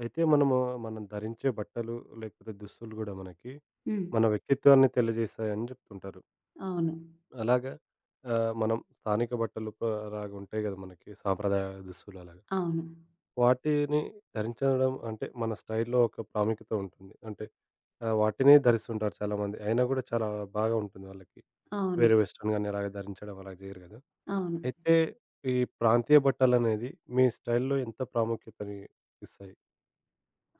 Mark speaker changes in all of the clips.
Speaker 1: అయితే మనం ధరించే బట్టలు లేకపోతే దుస్తులు కూడా మనకి
Speaker 2: హ్మ్.
Speaker 1: మన వ్యక్తిత్వాన్ని తెలియజేస్తాయని చెప్తుంటారు.
Speaker 2: అవును.
Speaker 1: అలాగా మనం స్థానిక బట్టలు అలాగా ఉంటాయి కదా! మనకి సాంప్రదాయ దుస్తులు అలాగా.
Speaker 2: అవును.
Speaker 1: వాటిని ధరించడం అంటే మన స్టైల్‌లో ఒక ప్రాముఖ్యత ఉంటుంది. అంటే వాటినే ధరిస్తుంటారు చాలామంది. అయినా కూడా చాలా బాగా ఉంటుంది వాళ్ళకి.
Speaker 2: అవును.
Speaker 1: వేరే వెస్టర్న్ గాని అలాగే ధరించడం అలాగ చేయరు కదా!
Speaker 2: అవును.
Speaker 1: అయితే ఈ ప్రాంతీయ బట్టలనేది మీ స్టైల్‌లో ఎంత ప్రాముఖ్యతని ఇస్తాయి?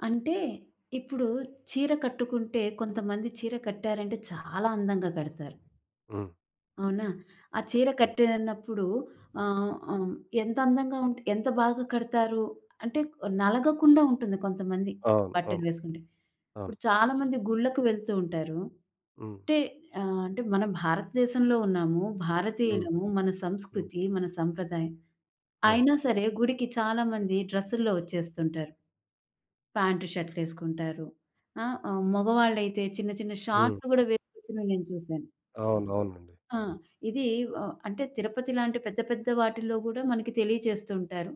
Speaker 2: అంటే ఇప్పుడు చీర కట్టుకుంటే కొంతమంది చీర కట్టారంటే చాలా అందంగా కడతారు.
Speaker 1: హ్మ్.
Speaker 2: అవునా? ఆ చీర
Speaker 1: హ్మ్.
Speaker 2: కట్టినప్పుడు ఆహ్, ఆహ్, ఎంత అందంగా ఎంత బాగా కడతారు అంటే నలగకుండా ఉంటుంది కొంతమంది
Speaker 1: అవును.
Speaker 2: బట్టలు
Speaker 1: అవును.
Speaker 2: వేసుకుంటే.
Speaker 1: అవును.
Speaker 2: ఇప్పుడు చాలామంది గుళ్ళకు వెళ్తూ ఉంటారు.
Speaker 1: హ్మ్.
Speaker 2: అంటే అంటే మన భారతదేశంలో ఉన్నాము.
Speaker 1: హ్మ్.
Speaker 2: భారతీయులము.
Speaker 1: హ్మ్.
Speaker 2: మన
Speaker 1: హ్మ్.
Speaker 2: సంస్కృతి, మన సంప్రదాయం.
Speaker 1: అవును.
Speaker 2: అయినా సరే గుడికి చాలామంది డ్రెస్సుల్లో వచ్చేస్తుంటారు. ప్యాంటు, షర్ట్‌లేసుకుంటారు. ఆ! మగవాళ్ళైతే చిన్న చిన్న
Speaker 1: హ్మ్.
Speaker 2: షార్ట్‌లు గూడా వేసుకొచ్చినవి నేను చూశాను.
Speaker 1: అవును. అవునండి.
Speaker 2: ఆ! ఇది అంటే తిరుపతి లాంటి పెద్ద పెద్ద వాటిల్లో గూడా మనకి తెలియచేస్తుంటారు.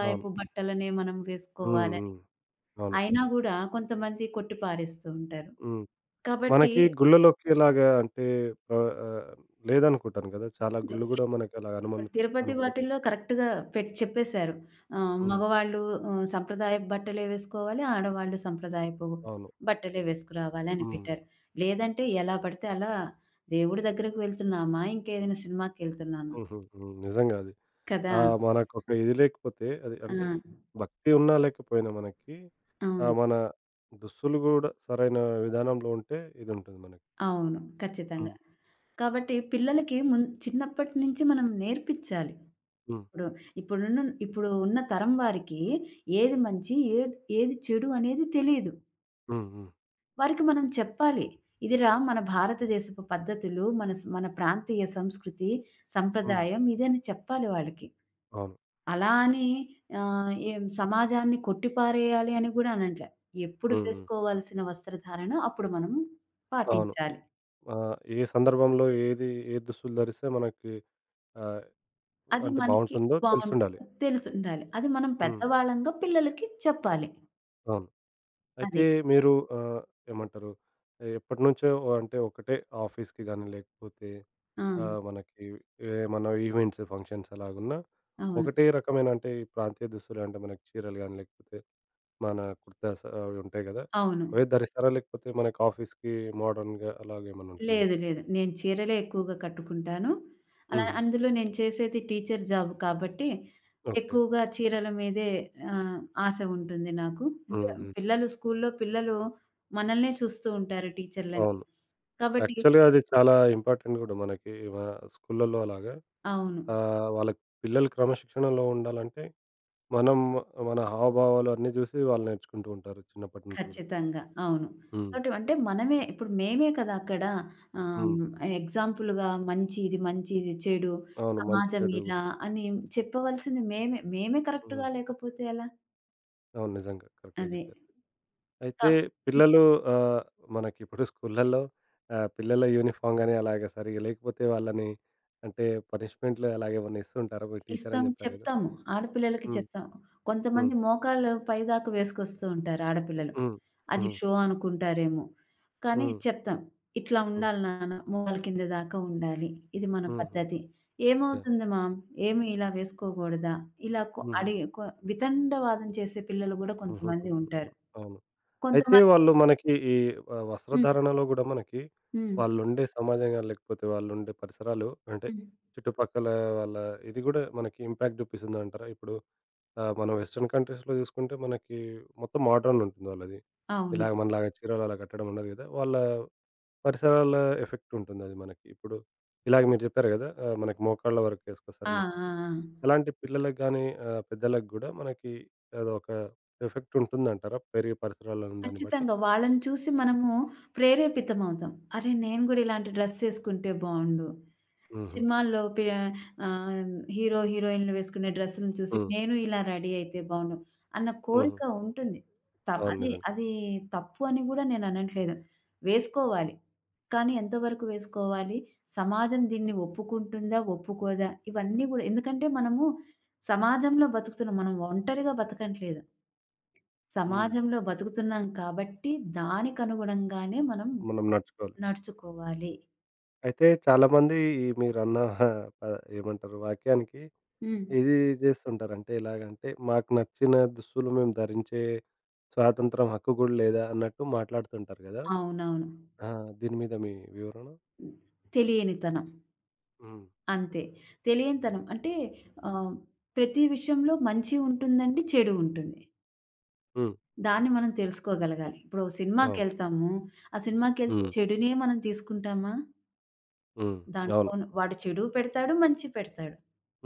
Speaker 1: అవును.
Speaker 2: బట్టలనే మనం
Speaker 1: హ్మ్.
Speaker 2: వేసుకోవాలని.
Speaker 1: హ్మ్. అవును.
Speaker 2: అయినా గూడా కొంతమంది కొట్టి పారేస్తూ ఉంటారు.
Speaker 1: హ్మ్.
Speaker 2: కాబట్టి
Speaker 1: మనకి గుళ్ళలోకి ఇలాగా అంటే ఆహ్, ఆహ్, లేదనుకుంటాను కదా! చాలా గుళ్ళు గూడా మనకి అలాగ
Speaker 2: ఇప్పుడు తిరుపతి
Speaker 1: అనుమతి.
Speaker 2: వాటిల్లో కరెక్ట్‌గా చెప్పేశారు.
Speaker 1: హ్మ్.
Speaker 2: మగవాళ్ళు సంప్రదాయపు బట్టలే వేసుకోవాలి. ఆడవాళ్ళు సంప్రదాయపు
Speaker 1: అవును.
Speaker 2: బట్టలే వేసుకురావాలి అని
Speaker 1: హ్మ్.
Speaker 2: పెట్టారు. లేదంటే ఎలా పడితే అలా దేవుడి దగ్గరికి వెళ్తున్నామా? ఇంకేదైనా సినిమాకెళ్తున్నామా?
Speaker 1: హుహు. హ్మ్. నిజంగా అది.
Speaker 2: కదా!
Speaker 1: ఆ! మనకొక ఇది లేకపోతే అది
Speaker 2: ఆ!
Speaker 1: అంటే భక్తి ఉన్నా లేకపోయినా మనకి
Speaker 2: అవును.
Speaker 1: మన దుస్తులు గూడా సరైన విధానంలో ఉంటే ఇదుంటుంది మనకి.
Speaker 2: అవును. ఖచ్చితంగా.
Speaker 1: హ్మ్.
Speaker 2: కాబట్టి పిల్లలకి చిన్నప్పటి నుంచి మనం నేర్పించాలి.
Speaker 1: హ్మ్.
Speaker 2: ఇప్పుడు ఇప్పుడున్న ఇప్పుడు ఉన్న తరం వారికి ఏది మంచి, ఏది ఏది చెడు అనేది తెలీదు.
Speaker 1: హ్మ్. హ్మ్.
Speaker 2: వారికి మనం చెప్పాలి. ఇదిరా మన భారతదేశపు పద్ధతులు, మన మన ప్రాంతీయ సంస్కృతి,
Speaker 1: హ్మ్.
Speaker 2: సంప్రదాయం ఇదని చెప్పాలి వాళ్ళకి.
Speaker 1: అవును.
Speaker 2: అలా అని ఏం సమాజాన్ని కొట్టిపారేయాలి అని గూడా అనట్లే. ఎప్పుడు
Speaker 1: హ్మ్. హ్మ్.
Speaker 2: వేసుకోవాల్సిన వస్త్రధారణ అప్పుడు మనం
Speaker 1: అవును.
Speaker 2: పాటించాలి.
Speaker 1: ఆ! ఏ సందర్భంలో ఏది ఏ దుస్తులు ధరిస్తే మనకి ఆహ్,
Speaker 2: అది
Speaker 1: అంటే
Speaker 2: మనకి
Speaker 1: బావుంటుందో తెలిసుండాలి.
Speaker 2: బావుంటుందో తెలిసుండాలి. అది మనం
Speaker 1: హ్మ్.
Speaker 2: పెద్దవాళ్ళంగా పిల్లలకి చెప్పాలి.
Speaker 1: అవును.
Speaker 2: అది.
Speaker 1: అయితే మీరు ఆహ్, ఏమంటారు ఎప్పటినుంచో అంటే ఒకటే ఆఫీస్‌కి గాని లేకపోతే
Speaker 2: ఆ!
Speaker 1: మనకి ఏమన్నా ఈవెంట్స్, ఫంక్షన్స్ అలాగున్నా
Speaker 2: అవును.
Speaker 1: ఒకటే రకమైన అంటే ఈ ప్రాంతీయ దుస్తులు అంటే మనకి చీరలు గాని లేకపోతే మన కుర్తాస్ అవి ఉంటాయి గదా!
Speaker 2: అవును.
Speaker 1: అవే ధరిస్తారా? లేకపోతే మనకి ఆఫీస్‌కి మోడర్న్‌గా అలాగేమన్నా ఉంటుందా?
Speaker 2: లేదు. లేదు. నేను చీరలే ఎక్కువగా కట్టుకుంటాను. అలా
Speaker 1: హుహు.
Speaker 2: అందులో నేను చేసేది టీచర్ జాబ్ కాబట్టి,
Speaker 1: ఓకే.
Speaker 2: ఎక్కువగా చీరల మీదే ఆహ్, ఆశ ఉంటుంది నాకు. అంటే
Speaker 1: హ్మ్. హ్మ్.
Speaker 2: పిల్లలు స్కూల్లో పిల్లలు మనల్నే చూస్తూ ఉంటారు టీచర్‌లని.
Speaker 1: అవును.
Speaker 2: కాబట్టి
Speaker 1: యాక్చువల్‌గా అది చాలా ఇంపార్టెంట్ గూడా మనకి మన స్కూళ్ళల్లో అలాగా.
Speaker 2: అవును.
Speaker 1: వాళ్ళ పిల్లలు క్రమశిక్షణలో ఉండాలంటే, మనం మన హావభావాలు అన్నీ జూసి వాళ్ళు నేర్చుకుంటూ ఉంటారు చిన్నప్పటి నుంచి గూడా.
Speaker 2: ఖచ్చితంగా. అవును.
Speaker 1: హ్మ్.
Speaker 2: కాబట్టి అంటే మనమే ఇప్పుడు మేమే కదా అక్కడ ఆహ్,
Speaker 1: హ్మ్.
Speaker 2: ఎగ్జాంపుల్‌గా మంచి ఇది మంచి, ఇది చెడు,
Speaker 1: అవును. మంచి
Speaker 2: సమాజం
Speaker 1: చెడు
Speaker 2: ఇలా
Speaker 1: గురించి.
Speaker 2: అని చెప్పవలసింది మేమే. మేమే
Speaker 1: హ్మ్.
Speaker 2: కరెక్ట్‌గా లేకపోతే ఎలా?
Speaker 1: అవును. నిజంగా కరెక్ట్‌గా
Speaker 2: అదే.
Speaker 1: జెప్పారు.
Speaker 2: కా
Speaker 1: అయితే పిల్లలు ఆహ్, మనకిప్పుడు స్కూళ్ళల్లో పిల్లల యూనిఫార్మ్ గాని అలాగే సరిగ్గా లేకపోతే వాళ్ళని అంటే పనిష్మెంట్‌లు అలాగేమన్నా ఇస్తుంటారా? మీరు టీచర్
Speaker 2: ఇస్తాం.
Speaker 1: అని జెప్పారు గదా!
Speaker 2: చెప్తాము. ఆడపిల్లలకి
Speaker 1: హ్మ్.
Speaker 2: చెప్తాం. కొంతమంది
Speaker 1: హ్మ్.
Speaker 2: మోకాళ్ళు పైదాకా వేసుకొస్తూ ఉంటారు ఆడపిల్లలు.
Speaker 1: హ్మ్.
Speaker 2: అది
Speaker 1: హ్మ్.
Speaker 2: షో అనుకుంటారేమో. కానీ
Speaker 1: హ్మ్.
Speaker 2: చెప్తాం. "ఇట్లా
Speaker 1: హ్మ్.
Speaker 2: ఉండాలి నాన్న. మోకాళ్ళ కింద దాకా ఉండాలి. ఇది మన
Speaker 1: హుహు.
Speaker 2: పద్ధతి."
Speaker 1: యాహ్!
Speaker 2: "ఏమవుతుంది మామ్? ఏమి ఇలా వేసుకోకూడదా?" ఇలా
Speaker 1: హుహు.
Speaker 2: అడిగి వితండవాదం చేసే పిల్లలు గూడా
Speaker 1: హుహుహు.
Speaker 2: కొంతమంది ఉంటారు.
Speaker 1: హ్మ్. అవును. అయితే
Speaker 2: కొంతమంది.
Speaker 1: వాళ్ళు మనకి ఈ
Speaker 2: హ్మ్.
Speaker 1: వస్త్రధారణలో గూడా మనకి
Speaker 2: హ్మ్.
Speaker 1: వాళ్ళుండే సమాజం గాని, లేకపోతే వాళ్ళుండే పరిసరాలు అంటే
Speaker 2: హ్మ్.
Speaker 1: చుట్టుపక్కల వాళ్ళ ఇది గూడా మనకి ఇంపాక్ట్ జూపిస్తుందంటారా? ఇప్పుడు మన వెస్టర్న్ కంట్రీస్‌లో జూసుకుంటే మనకి మొత్తం మోడ్రన్ ఉంటుంది వాళ్ళది.
Speaker 2: అవును.
Speaker 1: ఇలాగ మనలాగా చీరలు అలా కట్టడం ఉండదు గదా! వాళ్ళ పరిసరాల ఎఫెక్ట్ ఉంటుందది మనకి. ఇప్పుడు ఇలాగ మీరు చెప్పారు గదా! మనకి మోకాళ్ళ వరకు
Speaker 2: ఆ! ఆ!
Speaker 1: ఏసుకొస్తారని
Speaker 2: ఆ!
Speaker 1: జెప్పేసి. అలాంటి పిల్లలకి గానీ, పెద్దలకి గూడా మనకి అదొక ఎఫెక్ట్ ఉంటుందంటారా? పెరిగే పరిసరాలను దాన్ని బట్టి?
Speaker 2: ఖచ్చితంగా. వాళ్ళని చూసి మనము ప్రేరేపితమవుతాం. అరే! నేను గూడా ఇలాంటి డ్రెస్ ఏసుకుంటే బావుండు.
Speaker 1: హుహు.
Speaker 2: సినిమాల్లో ఆహ్, హీరో, హీరోయిన్‌లు వేసుకునే డ్రెస్సులను చూసి
Speaker 1: హ్మ్.
Speaker 2: నేను ఇలా రెడీ అయితే బావుండు అన్న
Speaker 1: హుహు.
Speaker 2: కోరిక ఉంటుంది. త
Speaker 1: అవును.
Speaker 2: అది
Speaker 1: నిజంగా.
Speaker 2: అది తప్పు అని గూడా నేను అనట్లేదు. వేసుకోవాలి. కానీ ఎంతవరకు వేసుకోవాలి? సమాజం దీన్ని ఒప్పుకుంటుందా? ఒప్పుకోదా? ఇవన్నీ గూడా ఎందుకంటే మనము సమాజంలో బతుకుతున్నాం. మనం ఒంటరిగా బతకట్లేదు.
Speaker 1: హ్మ్.
Speaker 2: సమాజంలో బతుకుతున్నాం కాబట్టి దానికనుగుణంగానే మనం
Speaker 1: మనం నడుచుకోవాలి.
Speaker 2: నడుచుకోవాలి.
Speaker 1: అయితే చాలామంది ఈ మీరన్న ప ఏమంటారు వాక్యానికి
Speaker 2: హ్మ్.
Speaker 1: ఇది జేస్తుంటారు. అంటే ఎలాగంటే, మాకు నచ్చిన దుస్తులు మేము ధరించే స్వాతంత్రం, హక్కు గూడా లేదా అన్నట్టు మాట్లాడుతుంటారు గదా!
Speaker 2: అవునవును.
Speaker 1: ఆ! దీని మీద మీ వివరణ?
Speaker 2: తెలియనితనం.
Speaker 1: హ్మ్.
Speaker 2: అంతే. తెలియనితనం అంటే ఆహ్, ప్రతి విషయంలో మంచి ఉంటుందండి, చెడు ఉంటుంది.
Speaker 1: హ్మ్.
Speaker 2: దాన్ని మనం తెలుసుకోగలగాలి. ఇప్పుడు
Speaker 1: అవును.
Speaker 2: సినిమాకెళ్తాము. ఆ సినిమాకెళ్తే
Speaker 1: హ్మ్.
Speaker 2: చెడునే మనం తీసుకుంటామా?
Speaker 1: హ్మ్.
Speaker 2: దాంట్లో
Speaker 1: అవును.
Speaker 2: వాడు చెడు పెడతాడు, మంచి పెడతాడు.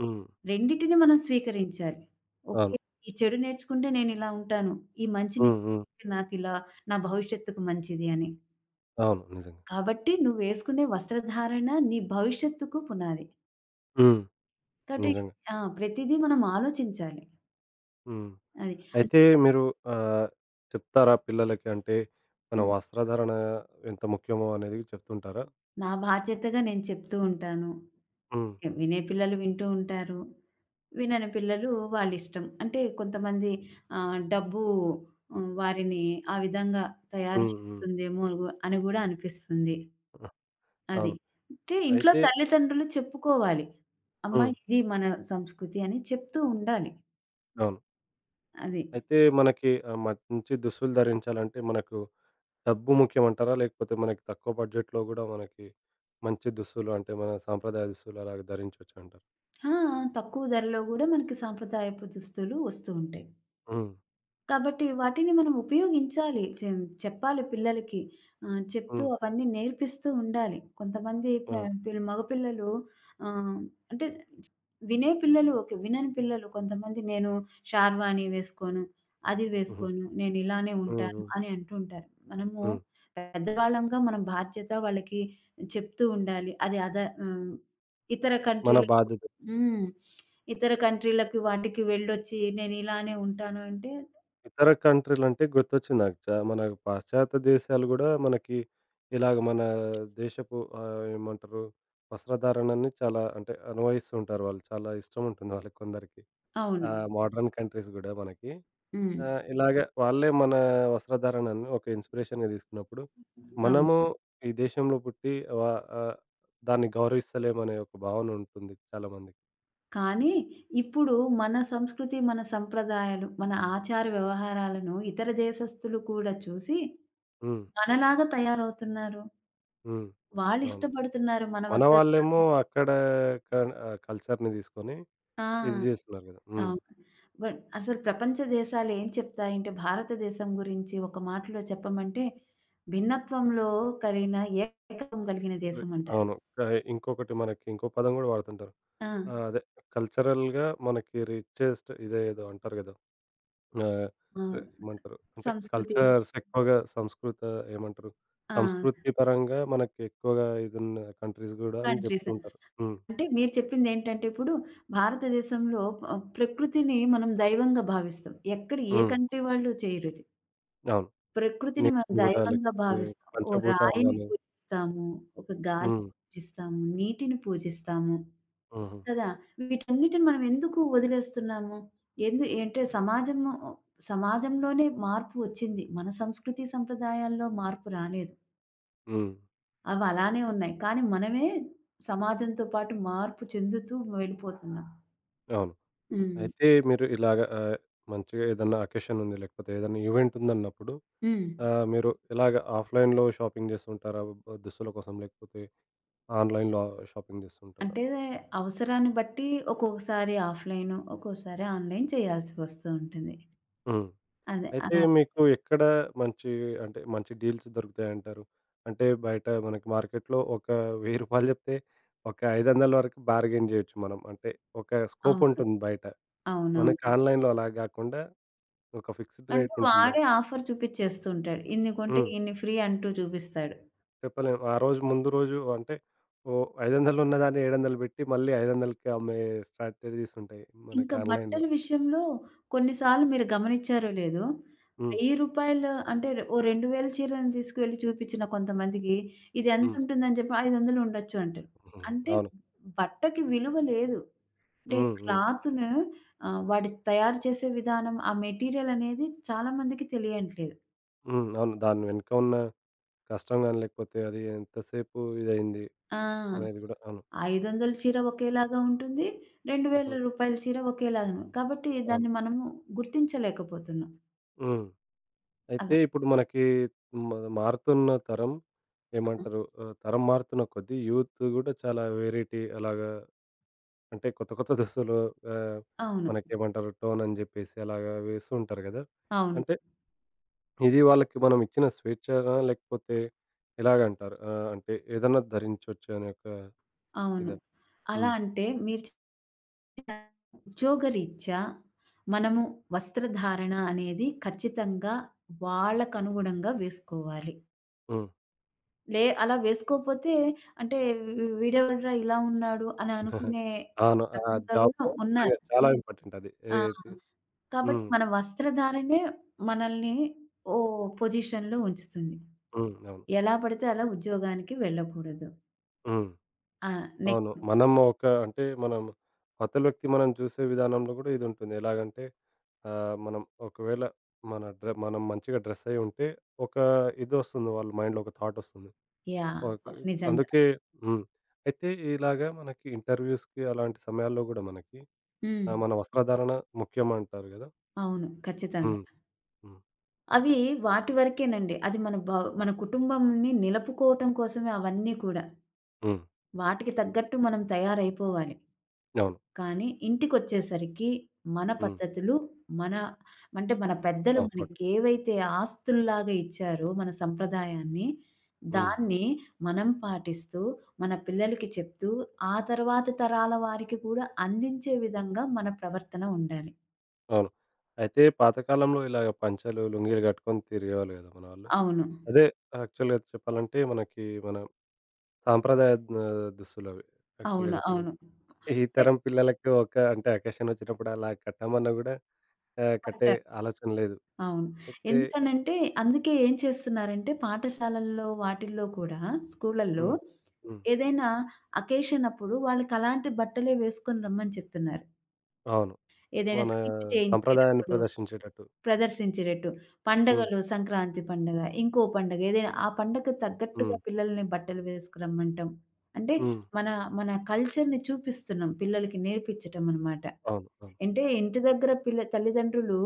Speaker 1: హ్మ్.
Speaker 2: రెండిటిని మనం స్వీకరించాలి. ఓకే.
Speaker 1: అవును.
Speaker 2: ఈ చెడు నేర్చుకుంటే నేనిలా ఉంటాను. ఈ మంచి
Speaker 1: హ్మ్. హ్మ్.
Speaker 2: నేర్చుకుంటే నాకిలా నా భవిష్యత్తుకు మంచిది అని.
Speaker 1: అవును. నిజంగా.
Speaker 2: కాబట్టి నువ్వేసుకునే వస్త్రధారణ నీ భవిష్యత్తుకు పునాది.
Speaker 1: హ్మ్.
Speaker 2: కాబట్టి
Speaker 1: నిజంగా.
Speaker 2: ఆ! ప్రతిదీ మనం ఆలోచించాలి.
Speaker 1: హ్మ్.
Speaker 2: అది. అన్
Speaker 1: అయితే మీరు ఆహ్, చెప్తారా పిల్లలకి అంటే మన
Speaker 2: హ్మ్.
Speaker 1: వస్త్రధారణ ఎంత ముఖ్యమో అనేది చెప్తుంటారా?
Speaker 2: నా బాధ్యతగా నేను చెప్తూ ఉంటాను.
Speaker 1: హ్మ్.
Speaker 2: వినే పిల్లలు వింటూ ఉంటారు. వినని పిల్లలు వాళ్ళిష్టం. అంటే కొంతమంది డబ్బు వారిని ఆ విధంగా తయారు
Speaker 1: హ్మ్. హ్మ్.
Speaker 2: చేస్తుందేమో అని గూడా అనిపిస్తుంది.
Speaker 1: ఆ!
Speaker 2: అది.
Speaker 1: అవును.
Speaker 2: అంటే ఇంట్లో
Speaker 1: అయితే
Speaker 2: తల్లిదండ్రులు చెప్పుకోవాలి. అమ్మ
Speaker 1: హ్మ్.
Speaker 2: ఇది మన సంస్కృతి అని చెప్తూ ఉండాలి.
Speaker 1: అవును.
Speaker 2: అది.
Speaker 1: అయితే మనకి మంచి దుస్తులు ధరించాలంటే మనకు డబ్బు ముఖ్యమంటారా? లేకపోతే మనకి తక్కువ బడ్జెట్‌లో గూడా మనకి మంచి దుస్తులు అంటే మన సాంప్రదాయ దుస్తులు అలాగా ధరించొచ్చంటారు.
Speaker 2: ఆ! తక్కువ ధరలో గూడా మనకి సాంప్రదాయపు దుస్తులు వస్తూ ఉంటాయి.
Speaker 1: హ్మ్.
Speaker 2: కాబట్టి వాటిని మనం ఉపయోగించాలి. చెప్పాలి పిల్లలకి. చెప్తూ
Speaker 1: హ్మ్.
Speaker 2: అవన్నీ నేర్పిస్తూ ఉండాలి. కొంతమంది ప
Speaker 1: అవును.
Speaker 2: పిల్ మగపిల్లలు ఆహ్, అంటే వినే పిల్లలు ఓకే. వినని పిల్లలు కొంతమంది నేను షార్వాణి వేసుకోను, అది
Speaker 1: హుహు.
Speaker 2: వేసుకోను, నేను ఇలానే
Speaker 1: హ్మ్.
Speaker 2: ఉంటాను
Speaker 1: హ్మ్.
Speaker 2: అని అంటూ ఉంటారు. మనము
Speaker 1: హ్మ్.
Speaker 2: పెద్దవాళ్ళంగా మనం బాధ్యత వాళ్ళకి చెప్తూ ఉండాలి. ఆహ్, ఇతర
Speaker 1: మన
Speaker 2: కంట్రీలకు
Speaker 1: బాధ్యత.
Speaker 2: హ్మ్. ఇతర కంట్రీలకి వాటికి వెళ్ళొచ్చి నేను ఇలానే ఉంటాను అంటే
Speaker 1: ఇతర కంట్రీలంటే గుర్తొచ్చింది నాకు. మన పాశ్చాత్య దేశాలు గూడా మనకి ఇలాగ మన దేశపు ఏమంటారు వస్త్రధారణని చాలా అంటే అనుభవిస్తూ ఉంటారు వాళ్ళు. చాలా ఇష్టం ఉంటుంది వాళ్ళకి కొందరికి.
Speaker 2: అవును.
Speaker 1: ఆ మోడర్న్ కంట్రీస్ గూడా మనకి.
Speaker 2: హ్మ్.
Speaker 1: ఆ! ఇలాగ వాళ్ళే మన వస్త్రధారణను ఒక ఇన్‌స్పిరేషన్‌గా తీసుకున్నప్పుడు,
Speaker 2: అవును.
Speaker 1: మనము హ్మ్. ఈ దేశంలో పుట్టి వ ఆహ్, దాన్ని గౌరవిస్తలేమనే ఒక భావన ఉంటుంది చాలా మందికి.
Speaker 2: కానీ ఇప్పుడు మన సంస్కృతి, మన సంప్రదాయాలు, మన ఆచార వ్యవహారాలను ఇతర దేశస్థులు కూడా చూసి
Speaker 1: హ్మ్.
Speaker 2: మనలాగా తయారవుతున్నారు.
Speaker 1: హ్మ్. అవును.
Speaker 2: వాళ్ళిష్టపడుతున్నారు మన
Speaker 1: మన వాళ్ళేమో
Speaker 2: వస్త్రధారణ.
Speaker 1: అక్కడ క కల్చర్‌ని తీసుకొని ఇది
Speaker 2: ఆ!
Speaker 1: చేస్తున్నారు కదా! హ్మ్.
Speaker 2: అవును. బట్ అసలు ప్రపంచ దేశాలు ఏం చెప్తాయంటే భారతదేశం గురించి ఒక మాటలో చెప్పమంటే భిన్నత్వంలో కలిగిన ఏకత్వం కలిగిన
Speaker 1: వి
Speaker 2: దేశం అంటారు.
Speaker 1: అవును. ఇంకొకటి మనకి ఇంకో పదం కూడా వాడుతుంటారు.
Speaker 2: ఆ!
Speaker 1: అదే కల్చరల్‌గా మనకి రిచెస్ట్ ఇదేదో అంటారు కదా! ఆ!
Speaker 2: ఆ!
Speaker 1: ఏమంటారు? అంటే
Speaker 2: సంస్కృతి.
Speaker 1: కల్చర్స్ ఎక్కువగా ఏమంటారు?
Speaker 2: ఆ!
Speaker 1: సంస్కృతి పరంగా మనకి ఎక్కువగా ఇదున్న కంట్రీస్ గూడా అని
Speaker 2: కంట్రీస్.
Speaker 1: జెప్తూ ఉంటారు. హ్మ్.
Speaker 2: అంటే మీరు చెప్పిందేంటంటే ఇప్పుడు భారతదేశంలో ప్రకృతిని మనం దైవంగా భావిస్తాం. ఎక్కడ ఏ
Speaker 1: హ్మ్.
Speaker 2: కంట్రీ వాళ్ళు చేయరు ఇది.
Speaker 1: అవును.
Speaker 2: ప్రకృతిని మనం
Speaker 1: నీటిని గూడా
Speaker 2: దైవంగా
Speaker 1: లేకపోతే
Speaker 2: భావిస్తాం. ఓ
Speaker 1: పంచభూతాలు
Speaker 2: రాయిని
Speaker 1: అని.
Speaker 2: పూజిస్తాము, ఒక గాలిని
Speaker 1: హ్మ్.
Speaker 2: పూజిస్తాము, నీటిని పూజిస్తాము
Speaker 1: హుహు.
Speaker 2: కదా! వీటన్నిటిని మనం ఎందుకు వదిలేస్తున్నాము? అంటే సమాజంలోనే మార్పు వచ్చింది. మన సంస్కృతి సంప్రదాయాల్లో మార్పు రాలేదు.
Speaker 1: హ్మ్.
Speaker 2: అవి అలానే ఉన్నాయి. కానీ మనమే సమాజంతో పాటు మార్పు చెందుతూ వెళ్ళిపోతున్నాం.
Speaker 1: అవును.
Speaker 2: హ్మ్.
Speaker 1: అయితే మీరు ఇలాగ మంచిగా ఏదన్నా అకేషన్ ఉంది లేకపోతే ఏదన్నా ఈవెంట్ ఉందన్నప్పుడు
Speaker 2: హ్మ్.
Speaker 1: మీరు ఇలాగ ఆఫ్‌లైన్‌లో షాపింగ్ జేస్తుంటారా? దుస్తుల కోసం లేకపోతే ఆన్‌లైన్‌లో షాపింగ్ జేస్తుంటారా?
Speaker 2: అంటే అవసరాన్ని బట్టి ఒక్కొక్కసారి ఆఫ్‌లైను, ఒక్కోసారి ఆన్‌లైన్ చేయాల్సి వస్తూ ఉంటుంది.
Speaker 1: హ్మ్.
Speaker 2: అదే
Speaker 1: అయితే
Speaker 2: అలా.
Speaker 1: మీకు ఎక్కడ మంచి అంటే మంచి డీల్స్ దొరుకుతాయంటారు? అంటే బయట మనకి మార్కెట్‌లో ఒక రూ. 1000 చెప్తే ఒక 500 వరకు బార్గెయిన్ చేయొచ్చు మనం. అంటే ఒక స్కోప్
Speaker 2: అవును.
Speaker 1: ఉంటుంది బయట. మనకి
Speaker 2: అవునవును.
Speaker 1: ఆన్‌లైన్‌లో అలా గాకుండా ఒక ఫిక్స్డ్
Speaker 2: అంటే
Speaker 1: రేట్ ఉంటుందా?
Speaker 2: వాడే ఆఫర్ చూపిచ్చేస్తూ ఉంటాడు. ఇన్ని కొంటే
Speaker 1: హ్మ్.
Speaker 2: ఇన్ని ఫ్రీ అంటూ చూపిస్తాడు.
Speaker 1: చెప్పలేము. ఆ రోజు ముందు రోజు అంటే ఓహ్! 500 ఉన్నదాన్ని 700 పెట్టి మళ్ళీ 500కి అమ్మే స్ట్రాటజీస్ ఉంటాయి మనకి
Speaker 2: ఇంకా బట్టల
Speaker 1: ఆన్‌లైన్‌లో.
Speaker 2: విషయంలో కొన్ని సార్లు మీరు గమనిచ్చారో లేదో, రూ.
Speaker 1: హ్మ్.
Speaker 2: 1000 అంటే ఓ 2000 చీరను తీసుకువెళ్ళి చూపిచ్చిన కొంతమందికి ఇది
Speaker 1: హ్మ్.
Speaker 2: ఎంతుంటుందని చెప్పి 500 ఉండొచ్చు అంటారు. అంటే
Speaker 1: అవును.
Speaker 2: బట్టకి విలువ లేదు. అంటే
Speaker 1: హ్మ్. హ్మ్.
Speaker 2: క్లాత్‌ను వాడి తయారు చేసే విధానం, ఆ మెటీరియల్ అనేది చాలా మందికి తెలియట్లేదు.
Speaker 1: హ్మ్. అవును. దాని వెనుక ఉన్న కష్టం గాని లేకపోతే అది ఎంతసేపు ఇదయింది
Speaker 2: ఆ! రూ.
Speaker 1: అనేది గూడా. అవును.
Speaker 2: 500 చీర ఒకేలాగా ఉంటుంది. రూ.
Speaker 1: హుహు.
Speaker 2: 2000 చీర ఒకేలాగా కాబట్టి
Speaker 1: అవును.
Speaker 2: దాన్ని మనము గుర్తించలేకపోతున్నాం.
Speaker 1: హ్మ్.
Speaker 2: అలా.
Speaker 1: అయితే ఇప్పుడు మనకి మ మారుతున్న తరం
Speaker 2: ఆ!
Speaker 1: ఏమంటారు? తరం మారుతున్న కొద్దీ యూత్ గూడా చాలా వేరైటీ అలాగా అంటే కొత్త కొత్త దుస్తులు ఆహ్,
Speaker 2: అవును.
Speaker 1: మనకేమంటారు? టోన్ అని జెప్పేసి అలాగా వేస్తూ ఉంటారు గదా!
Speaker 2: అవును.
Speaker 1: అంటే ఇది వాళ్ళకి మనం ఇచ్చిన స్వేచ్ఛనా? లేకపోతే ఎలాగంటారు? అంటే ఏదన్నా ధరించొచ్చు అనే ఒక
Speaker 2: అవును.
Speaker 1: ఇదా?
Speaker 2: అలా
Speaker 1: హ్మ్.
Speaker 2: అంటే మీరు ఉద్యోగరీత్యా మనము వస్త్రధారణ అనేది ఖచ్చితంగా వాళ్ళకనుగుణంగా వేసుకోవాలి.
Speaker 1: హ్మ్.
Speaker 2: అలా వేసుకోపోతే అంటే వీడెవర్రా ఇలా ఉన్నాడు అని అనుకునే
Speaker 1: అవును. ఆ
Speaker 2: రకంగా గూడా
Speaker 1: జాబ్‌లో
Speaker 2: ఉన్నారు.
Speaker 1: నిజంగా చాలా ఇంపార్టెంట్ అది.
Speaker 2: ఆ!
Speaker 1: ఏది.
Speaker 2: కాబట్టి
Speaker 1: హ్మ్.
Speaker 2: మన వస్త్రధారణే మనల్ని ఓ పొజిషన్‌లో ఉంచుతుంది.
Speaker 1: హ్మ్. అవును.
Speaker 2: ఎలా పడితే అలా ఉద్యోగానికి వెళ్ళకూడదు.
Speaker 1: హ్మ్.
Speaker 2: ఆ! నెక్స్ట్.
Speaker 1: అవును. మనం ఒక అంటే మనం అవతల వ్యక్తి మనం చూసే విధానంలో గూడా ఇదుంటుంది. ఎలాగంటే మనం ఒకవేళ మన డ్ర మనం మంచిగా డ్రెస్ అయ్యి ఉంటే ఒక ఇదొస్తుంది వాళ్ళ మైండ్‌లో ఒక థాటొస్తుంది.
Speaker 2: యాహ్!
Speaker 1: ఓకే.
Speaker 2: నిజంగా.
Speaker 1: అందుకే. హ్మ్. అయితే ఇలాగా మనకి ఇంటర్‌వ్యూస్‌కి అలాంటి సమయాల్లో గూడా మనకి
Speaker 2: హ్మ్.
Speaker 1: మన వస్త్రధారణ ముఖ్యం అంటారు గదా!
Speaker 2: అవును. ఖచ్చితంగా.
Speaker 1: హ్మ్. హ్మ్.
Speaker 2: అవి వాటి వరకేనండి. అది మన మన కుటుంబంని నిలుపుకోవటం కోసమే అవన్నీ కూడా.
Speaker 1: హ్మ్.
Speaker 2: వాటికి తగ్గట్టు మనం తయారైపోవాలి.
Speaker 1: అవును.
Speaker 2: కానీ ఇంటికొచ్చేసరికి మన
Speaker 1: హ్మ్.
Speaker 2: పద్ధతులు, మన అంటే మన పెద్దలు
Speaker 1: ఆ! ఫోటో.
Speaker 2: మనకేవైతే ఆస్తుల్లాగా ఇచ్చారో మన సంప్రదాయాన్ని,
Speaker 1: హ్మ్.
Speaker 2: దాన్ని మనం పాటిస్తూ, మన పిల్లలకి చెప్తూ, ఆ తర్వాతి తరాల వారికి కూడా అందించే విధంగా మన ప్రవర్తన ఉండాలి.
Speaker 1: అవును. అయితే పాతకాలంలో ఇలాగ పంచలు, లుంగీలు కట్టుకొని తిరిగేవాళ్ళు కదా మనోళ్ళు.
Speaker 2: అవును.
Speaker 1: అదే యాక్చువల్‌గా చెప్పాలంటే మనకి మన సాంప్రదాయ దుస్తులవి యాక్చువల్‌గా
Speaker 2: అవును. అవును.
Speaker 1: చెప్పాలంటే.
Speaker 2: అంటే
Speaker 1: ఈ తరం పిల్లలకి ఒక అంటే అకేషన్ వచ్చినప్పుడు అలా కట్టమన్నా గూడా కట్టే
Speaker 2: కరెక్టే.
Speaker 1: ఆలోచన లేదు.
Speaker 2: అవును.
Speaker 1: అయితే
Speaker 2: ఎందుకనంటే అందుకే ఏం చేస్తున్నారంటే పాఠశాలల్లో వాటిల్లో కూడా స్కూళ్ళల్లో
Speaker 1: హ్మ్. హ్మ్.
Speaker 2: ఏదైనా అకేషన్ అప్పుడు వాళ్ళకలాంటి బట్టలే వేసుకొని రమ్మని చెప్తున్నారు.
Speaker 1: అవును.
Speaker 2: ఏదైనా
Speaker 1: మన
Speaker 2: స్కిట్
Speaker 1: సంప్రదాయాన్ని
Speaker 2: చేయించేటప్పుడు
Speaker 1: ప్రదర్శించేటట్టు.
Speaker 2: ప్రదర్శించేటట్టు.
Speaker 1: హ్మ్.
Speaker 2: పండగలు సంక్రాంతి పండగ, ఇంకో పండగ ఏదైనా ఆ పండగకు తగ్గట్టుగా
Speaker 1: హ్మ్.
Speaker 2: పిల్లల్ని బట్టలు వేసుకురమ్మంటం. అంటే
Speaker 1: హ్మ్.
Speaker 2: మన మన కల్చర్‌ని చూపిస్తున్నాం పిల్లలకి నేర్పించటం అనమాట.
Speaker 1: అవును. అవును.
Speaker 2: అంటే ఇంటి దగ్గర పిల్ల తల్లిదండ్రులు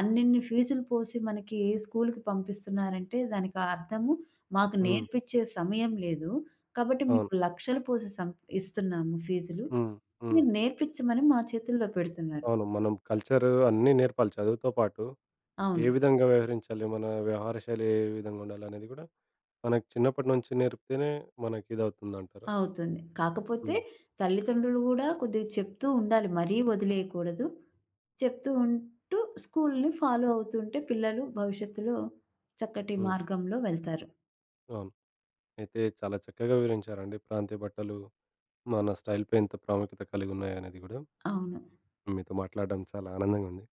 Speaker 2: అన్నిన్ని ఫీజులు పోసి మనకి స్కూలుకి పంపిస్తున్నారంటే దానికి అర్థము మాకు
Speaker 1: హ్మ్.
Speaker 2: నేర్పించే సమయం లేదు. కాబట్టి
Speaker 1: అవును.
Speaker 2: మీకు లక్షలు పోసి ఇస్తున్నాము ఫీజులు.
Speaker 1: హ్మ్. హ్మ్.
Speaker 2: మీరు నేర్పించమని మా చేతుల్లో పెడుతున్నారు.
Speaker 1: అవును. మనం కల్చర్ అన్నీ నేర్పాలి చదువుతో పాటు. ఏ
Speaker 2: అవును.
Speaker 1: విధంగా వ్యవహరించాలి? మన వ్యవహార శైలి ఏ విధంగా ఉండాలనేది గూడా మనకు చిన్నప్పటి నుంచి నేర్పితేనే మనకి ఇదవుతుందంటారా?
Speaker 2: అవుతుంది. కాకపోతే
Speaker 1: హ్మ్.
Speaker 2: తల్లిదండ్రులు గూడా కొద్దిగా చెప్తూ ఉండాలి. మరీ వదిలేయకూడదు. చెప్తూ ఉంటూ స్కూల్‌ని ఫాలో అవుతుంటే పిల్లలు భవిష్యత్తులో చక్కటి
Speaker 1: హ్మ్.
Speaker 2: మార్గంలో వెళ్తారు.
Speaker 1: అవును. అయితే చాలా చక్కగా వివరించారండి. ప్రాంతీయ బట్టలు మన స్టైల్‌పై ఎంత ప్రాముఖ్యత కలిగున్నాయనేది గూడా.
Speaker 2: అవును.
Speaker 1: మీతో మాట్లాడడం చాలా ఆనందంగా ఉంది.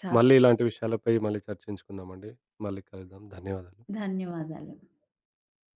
Speaker 2: చాలా
Speaker 1: మళ్ళీ ఇలాంటి విషయాలపై మళ్ళీ చర్చించుకుందామండి. మళ్ళీ కలుద్దాం. ధన్యవాదాలు.
Speaker 2: ధన్యవాదాలు.